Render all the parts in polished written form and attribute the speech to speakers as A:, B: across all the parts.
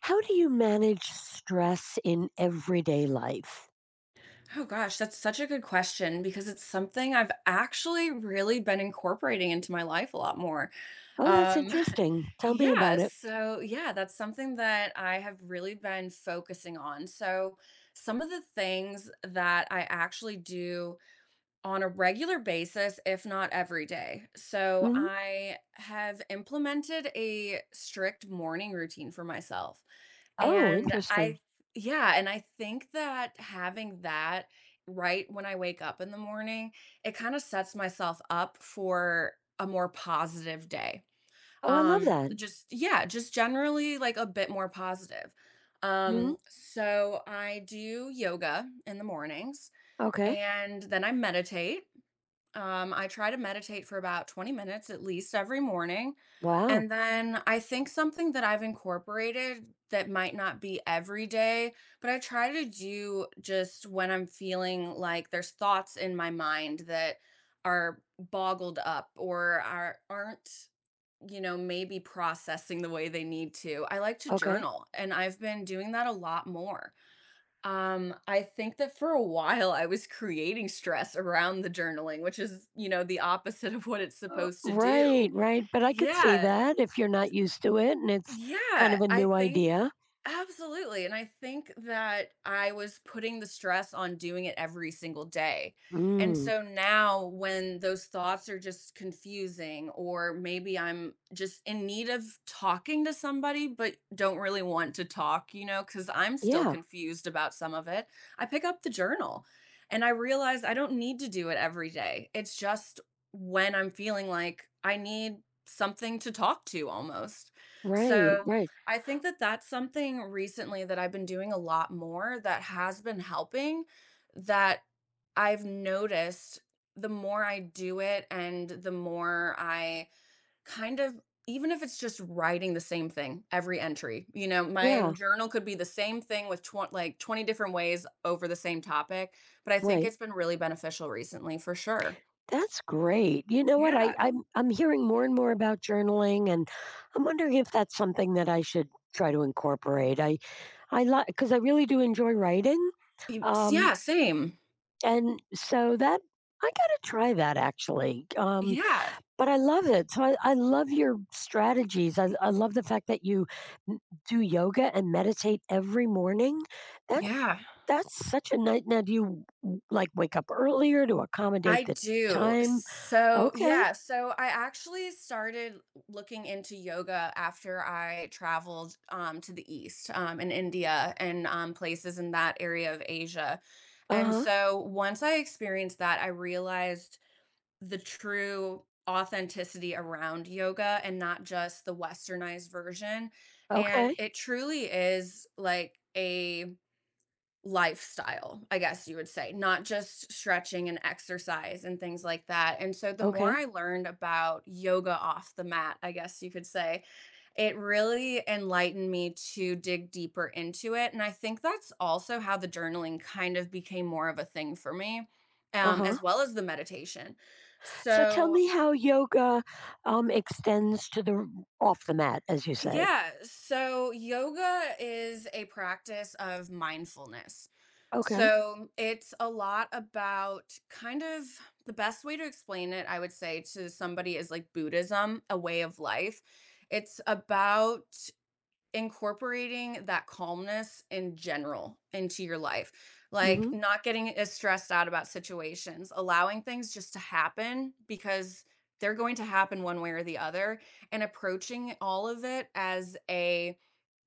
A: How do you manage stress in everyday life?
B: Oh gosh, that's such a good question because it's something I've actually really been incorporating into my life a lot more.
A: Oh, that's
B: Um,
A: interesting. Tell me
B: yeah,
A: about it.
B: so yeah, that's something that I have really been focusing on. So, some of the things that I actually do on a regular basis, if not every day. So,
A: Hmm.
B: I have implemented a strict morning routine for myself.
A: Oh,
B: And
A: interesting.
B: I yeah, and I think that having that right when I wake up in the morning, it kind of sets myself up for a more positive day.
A: Oh, I love that.
B: Just yeah, just generally like a bit more positive.
A: Hmm.
B: So I do yoga in the mornings
A: Okay.
B: and then I meditate I try to meditate for about 20 minutes at least every morning.
A: Wow.
B: And then I think something that I've incorporated that might not be every day, but I try to do just when I'm feeling like there's thoughts in my mind that are boggled up or are aren't, you know, maybe processing the way they need to. I like to
A: Okay.
B: journal and I've been doing that a lot more. I think that for a while I was creating stress around the journaling, which is, you know, the opposite of what it's supposed to do.
A: Right, right. But I could see
B: Yeah.
A: that if you're not used to it and it's kind
B: Yeah.
A: of a
B: I
A: new
B: think
A: idea.
B: Absolutely, and I think that I was putting the stress on doing it every single day, and
A: Mm.
B: so now when those thoughts are just confusing or maybe I'm just in need of talking to somebody but don't really want to talk, you know, because 'cause I'm still
A: Yeah.
B: confused about some of it, I pick up the journal and I realize I don't need to do it every day. It's just when I'm feeling like I need something to talk to almost.
A: Right.
B: So,
A: Right.
B: I think that that's something recently that I've been doing a lot more that has been helping, that I've noticed the more I do it and the more I kind of even if it's just writing the same thing every entry. You know, my
A: Yeah.
B: journal could be the same thing with like 20 different ways over the same topic, but I think
A: Right.
B: it's been really beneficial recently for sure.
A: That's great. You know what? I,
B: Yeah.
A: I'm I'm hearing more and more about journaling, and I'm wondering if that's something that I should try to incorporate. I like because I really do enjoy writing, um,
B: Yeah, same.
A: and so that I gotta try that actually.
B: Yeah.
A: But I love it. So I love your strategies. I love the fact that you n- do yoga and meditate every morning. That's
B: Yeah.
A: that's such a night. Now, do you like wake up earlier to accommodate
B: I
A: the
B: do.
A: time?
B: So,
A: Okay.
B: yeah, so I actually started looking into yoga after I traveled to the East, in India and places in that area of Asia.
A: Uh
B: And
A: huh.
B: so once I experienced that, I realized the true authenticity around yoga and not just the westernized version. And
A: Okay.
B: it truly is like a lifestyle, I guess you would say, not just stretching and exercise and things like that. And so the more
A: Okay.
B: I learned about yoga off the mat, I guess you could say, it really enlightened me to dig deeper into it. And I think that's also how the journaling kind of became more of a thing for me,
A: Uh huh.
B: as well as the meditation.
A: So tell
B: So
A: me how yoga extends to the off the mat, as you say.
B: yeah, so yoga is a practice of mindfulness.
A: Okay.
B: So it's a lot about the best way to explain it, I would say, to somebody is like Buddhism, a way of life. It's about incorporating that calmness in general into your life. Like
A: Mhm.
B: not getting as stressed out about situations, allowing things just to happen because they're going to happen one way or the other, and approaching all of it as a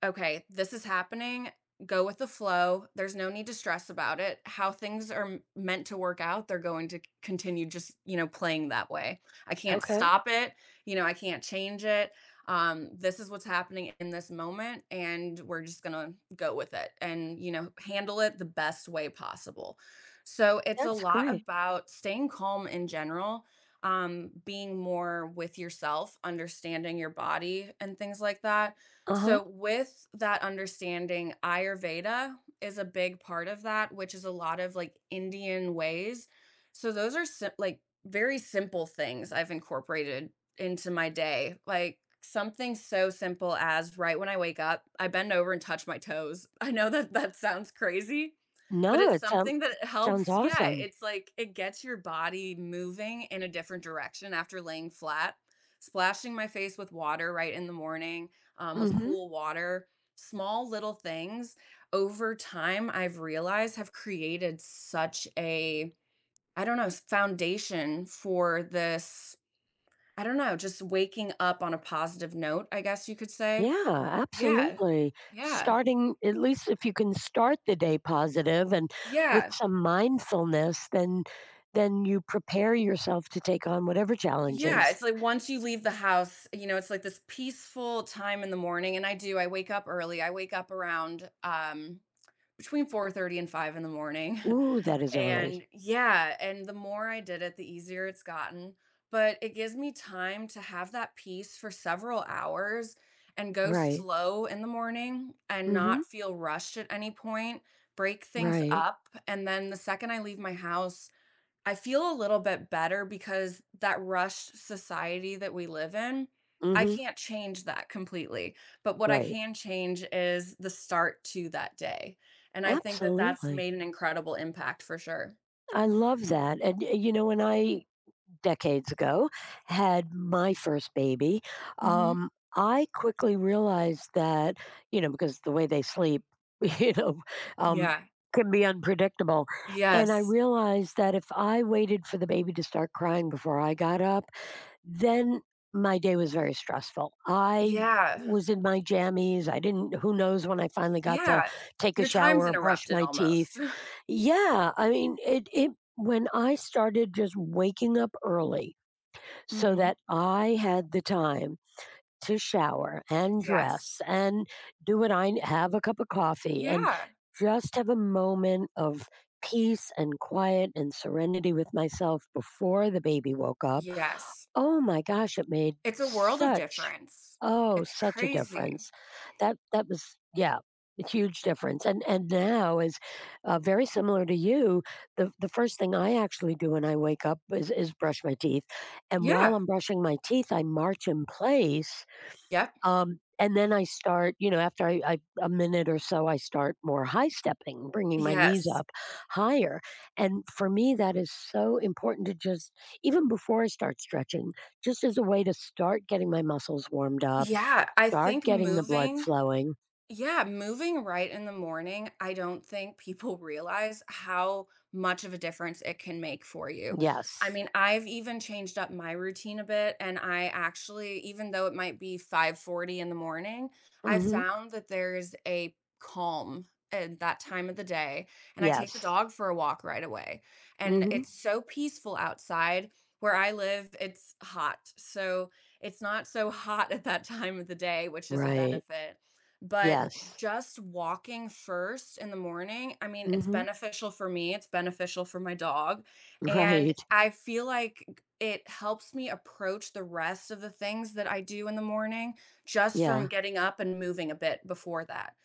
B: okay, this is happening. Go with the flow. There's no need to stress about it. How things are meant to work out, they're going to continue just, you know, playing that way. I can't
A: Okay.
B: stop it. You know, I can't change it this is what's happening in this moment, and we're just gonna go with it and, you know, handle it the best way possible. So it's a
A: That's
B: lot
A: great.
B: about staying calm in general, being more with yourself, understanding your body, and things like that.
A: Uh-huh.
B: So, with that understanding, Ayurveda is a big part of that, which is a lot of like Indian ways. So, those are like very simple things I've incorporated into my day. Like something so simple as right when I wake up, I bend over and touch my toes. I know that that sounds crazy, but
A: No,
B: it's
A: it sound
B: something that
A: sounds
B: helps. Yeah,
A: awesome.
B: it's like it gets your body moving in a different direction after laying flat. Splashing my face with water right in the morning, with
A: Mhm.
B: cool water, small little things over time I've realized have created such a I don't know, foundation for this I don't know, just waking up on a positive note, I guess you could say.
A: Yeah,
B: Yeah.
A: absolutely.
B: Yeah.
A: Starting at least if you can start the day positive and with
B: Yeah.
A: some mindfulness, then you prepare yourself to take on whatever
B: Yeah,
A: challenges.
B: it's like once you leave the house, you know, it's like this peaceful time in the morning, and I do, I wake up early, I wake up around, between 4:30 and 5 in the morning.
A: Ooh, that is early.
B: And yeah, and the more I did it, the easier it's gotten. But it gives me time to have that peace for several hours and go
A: Right.
B: slow in the morning and
A: Mhm.
B: not feel rushed at any point, break things
A: Right.
B: up. And then the second I leave my house, I feel a little bit better because that rushed society that we live in, I
A: Mhm.
B: can't change that completely. But what I
A: Right.
B: can change is the start to that day. And I think that that's
A: Absolutely.
B: made an incredible impact for sure.
A: I love that. And you know, when I decades ago, had my first baby,
B: Hmm.
A: um, I quickly realized that, you know, because the way they sleep, you know, um,
B: Yeah.
A: can be unpredictable. And I
B: Yes.
A: realized that if I waited for the baby to start crying before I got up, then my day was very stressful. I
B: Yeah.
A: was in my jammies. I didn't who knows when I finally got to
B: Yeah.
A: take a
B: Your
A: shower
B: time's
A: or brush
B: interrupted
A: my teeth.
B: almost.
A: Yeah, I mean, it when I started just waking up early so
B: Hmm.
A: that I had the time to shower and dress
B: Yes.
A: and do what I have a cup of coffee and
B: Yeah.
A: just have a moment of peace and quiet and serenity with myself before the baby woke up.
B: Yes.
A: Oh my gosh, it made
B: It's a world of difference. It's
A: such a
B: crazy.
A: difference. That that was yeah, a huge
B: Y-
A: difference, and now is, very similar to you, the first thing I actually do when I wake up is brush my teeth, and while
B: Yeah.
A: I'm brushing my teeth, I march in place
B: Yep.
A: and then I start, you know, after I a minute or so, I start more high stepping, bringing my knees
B: Yes.
A: up higher. And for me, that is so important to just even before I start stretching, just as a way to start getting my muscles warmed up,
B: Yeah, I
A: start
B: think
A: getting the blood
B: moving,
A: flowing.
B: yeah, moving right in the morning, I don't think people realize how much of a difference it can make for you. I
A: Yes.
B: mean, I've even changed up my routine a bit and I actually even though it might be 5:40 in the morning, I
A: Mm-hmm.
B: found that there's a calm at that time of the day and I take the
A: Yes.
B: dog for a walk right away. And
A: Mm-hmm.
B: it's so peaceful outside. Where I live, it's hot. So it's not so hot at that time of the day, which is a
A: Right.
B: benefit but
A: Yes.
B: just walking first in the morning, I mean, it's
A: Mm-hmm.
B: beneficial for me, it's beneficial for my dog, and
A: Right.
B: I feel like it helps me approach the rest of the things that I do in the morning just from
A: Yeah.
B: getting up and moving a bit before that.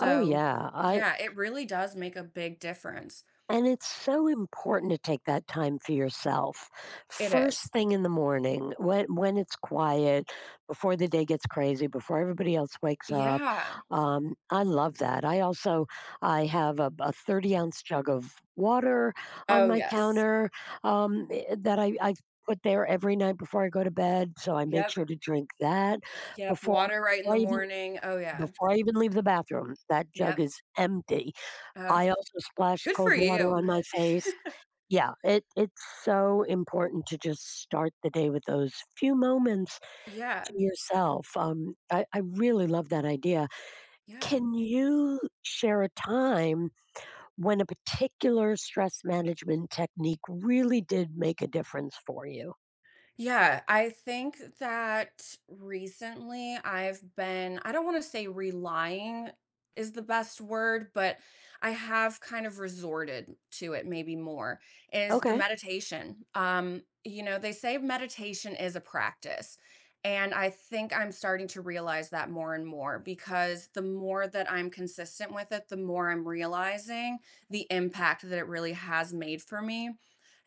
A: Oh, yeah. I
B: yeah, it really does make a big difference.
A: And it's so important to take that time for yourself.
B: It
A: First
B: is.
A: thing in the morning, when it's quiet, before the day gets crazy, before everybody else wakes up.
B: Yeah.
A: I love that. I have a 30-ounce ounce jug of water on
B: Oh,
A: my
B: yes.
A: counter, that I put there every night before I go to bed. So I make
B: Yep,
A: sure to drink that
B: yep,
A: before
B: water right in
A: before I
B: the
A: even
B: morning. Oh, yeah.
A: before I even leave the bathroom. That jug
B: Yep.
A: is empty.
B: Oh,
A: I also splash
B: good for
A: cold water
B: you.
A: on my face. Yeah, it's so important to just start the day with those few moments to
B: Yeah,
A: yourself. I really love that idea.
B: yeah.
A: Can you share a time when a particular stress management technique really did make a difference for you?
B: Yeah, I think that recently I've been, I don't want to say relying is the best word, but I have kind of resorted to it maybe more is the
A: Okay.
B: meditation. You know, they say meditation is a practice. And I think I'm starting to realize that more and more because the more that I'm consistent with it, the more I'm realizing the impact that it really has made for me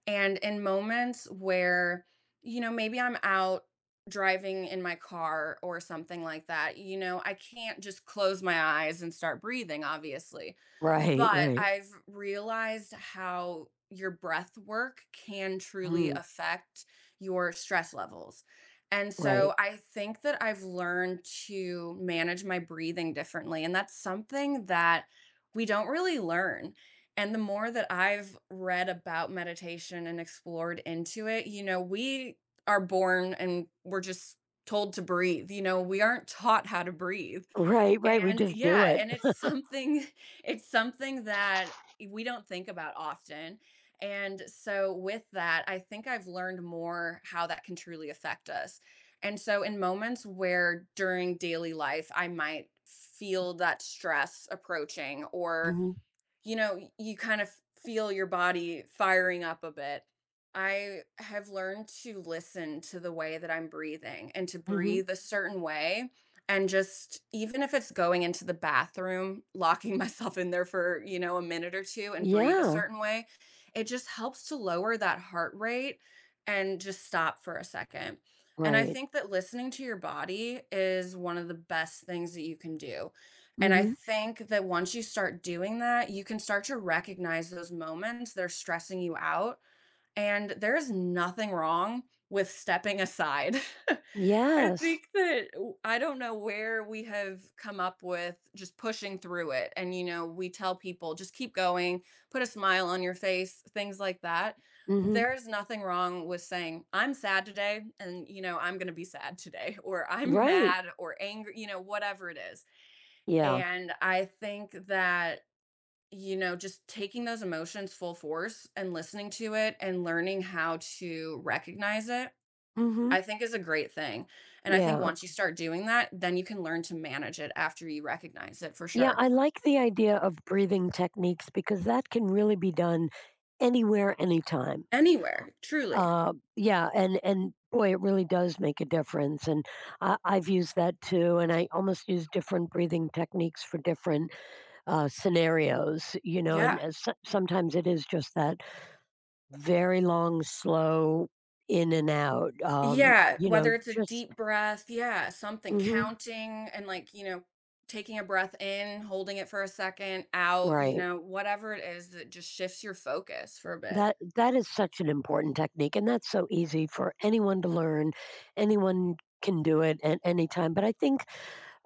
B: and in moments where, you know, maybe I'm out driving in my car or something like that, you know, I can't just close my eyes and start breathing, obviously.
A: Right,
B: But
A: right.
B: I've realized how your breath work can truly
A: Mm,
B: affect your stress levels. And
A: right.
B: so I think that I've learned to manage my breathing differently. And that's something that we don't really learn. And the more that I've read about meditation and explored into it, you know, we are born and we're just told to breathe. You know, we aren't taught how to breathe.
A: Right, right. We
B: And
A: just do
B: yeah,
A: it.
B: and it's something it's something that we don't think about often. And so with that, I think I've learned more how that can truly affect us. And so in moments where during daily life I might feel that stress approaching or
A: Hmm,
B: you know, you feel your body firing up a bit. I have learned to listen to the way that I'm breathing and to
A: hmm.
B: breathe a certain way. And just even if it's going into the bathroom, locking myself in there for, you know, a minute or two and breathe a
A: Yeah.
B: certain way, it just helps to lower that heart rate and just stop for a second. And I
A: Right.
B: think that listening to your body is one of the best things that you can do and I
A: Hmm.
B: think that once you start doing that, you can start to recognize those moments that are stressing you out. And there is nothing wrong with stepping aside. I
A: Yes.
B: think that I don't know where we have come up with just pushing through it. And, you know, we tell people just keep going, put a smile on your face, things like that.
A: Hmm.
B: There's nothing wrong with saying, I'm sad today, and, you know, I'm going to be sad today, or I'm
A: Right.
B: mad or angry, you know, whatever it is
A: Yeah.
B: and I think that, you know, just taking those emotions full force and listening to it and learning how to recognize it,
A: Mhm.
B: I think is a great thing. And I think
A: Yeah.
B: once you start doing that, then you can learn to manage it after you recognize it for
A: Yeah,
B: sure.
A: I like the idea of breathing techniques because that can really be done anywhere, anytime.
B: Anywhere, truly.
A: Yeah, and boy, it really does make a difference, and I've used that too, and I almost use different breathing techniques for different, scenarios, you know,
B: Yeah.
A: and as so sometimes it is just that very long, slow in and out,
B: Yeah.
A: you know,
B: Whether it's a
A: just.
B: deep breath, yeah, something
A: Mhm.
B: counting and like, you know, taking a breath in, holding it for a second, out, you
A: Right.
B: know, whatever it is that just shifts your focus for a bit.
A: That that is such an important technique, and that's so easy for anyone to learn. Anyone can do it at any time, but I think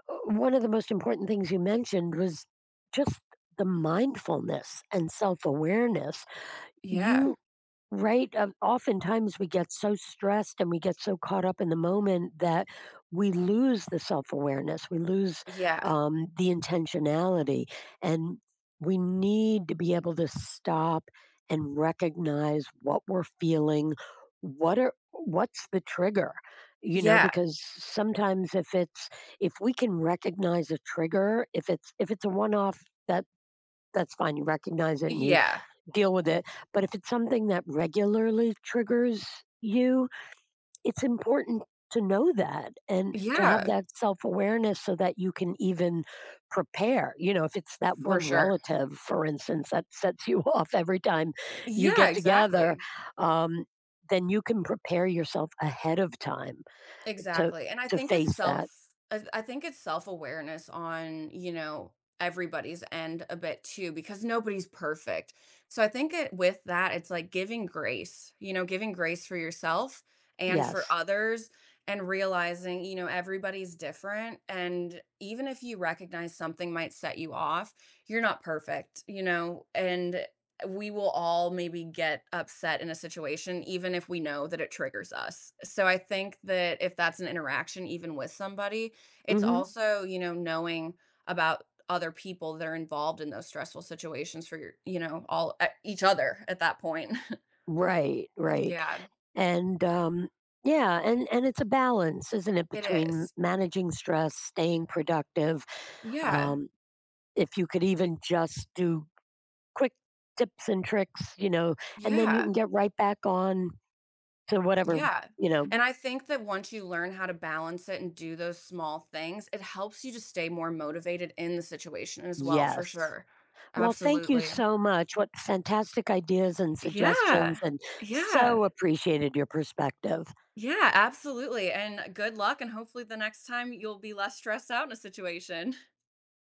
A: one of the most important things you mentioned was just the mindfulness and self-awareness.
B: Yeah.
A: You Right, oftentimes we get so stressed and we get so caught up in the moment that we lose the self-awareness, we lose,
B: Yeah.
A: the intentionality, and we need to be able to stop and recognize what we're feeling, what's the trigger, you know,
B: Yeah.
A: because sometimes if we can recognize a trigger, if it's a one-off, that that's fine, you recognize it and you
B: Yeah.
A: deal with it. But if it's something that regularly triggers you, it's important to know that and to have
B: Yeah.
A: that self awareness so that you can even prepare. You know, if it's that
B: For
A: one
B: sure.
A: relative, for instance, that sets you off every time you
B: Yeah,
A: get together,
B: exactly.
A: um, then you can prepare yourself ahead of time to
B: Exactly. And I
A: to
B: think it's
A: face that.
B: self I think it's self-awareness on, you know, everybody's end a bit too because nobody's perfect. So I think it with that it's like giving grace, you know, giving grace for yourself and for
A: Yes.
B: others and realizing, you know, everybody's different and even if you recognize something might set you off, you're not perfect, you know, and we will all maybe get upset in a situation, even if we know that it triggers us. So I think that if that's an interaction, even with somebody, it's
A: Hmm.
B: also, you know, knowing about other people that are involved in those stressful situations for your, you know, all each other at that point.
A: Right, right.
B: Yeah,
A: And, yeah, and it's a balance, isn't it,
B: it
A: between
B: is.
A: managing stress, staying productive.
B: Yeah,
A: Um, if you could even just do quick tips and tricks, you know, and then you
B: yeah,
A: can get right back on to whatever,
B: yeah.
A: you know,
B: And I think that once you learn how to balance it and do those small things, it helps you to stay more motivated in the situation as well, for
A: yes.
B: sure.
A: Well, thank you
B: Absolutely.
A: so much. What fantastic ideas and
B: Yeah.
A: suggestions, and
B: Yeah.
A: so appreciated your perspective.
B: Yeah, absolutely, and good luck, and hopefully the next time you'll be less stressed out in a situation.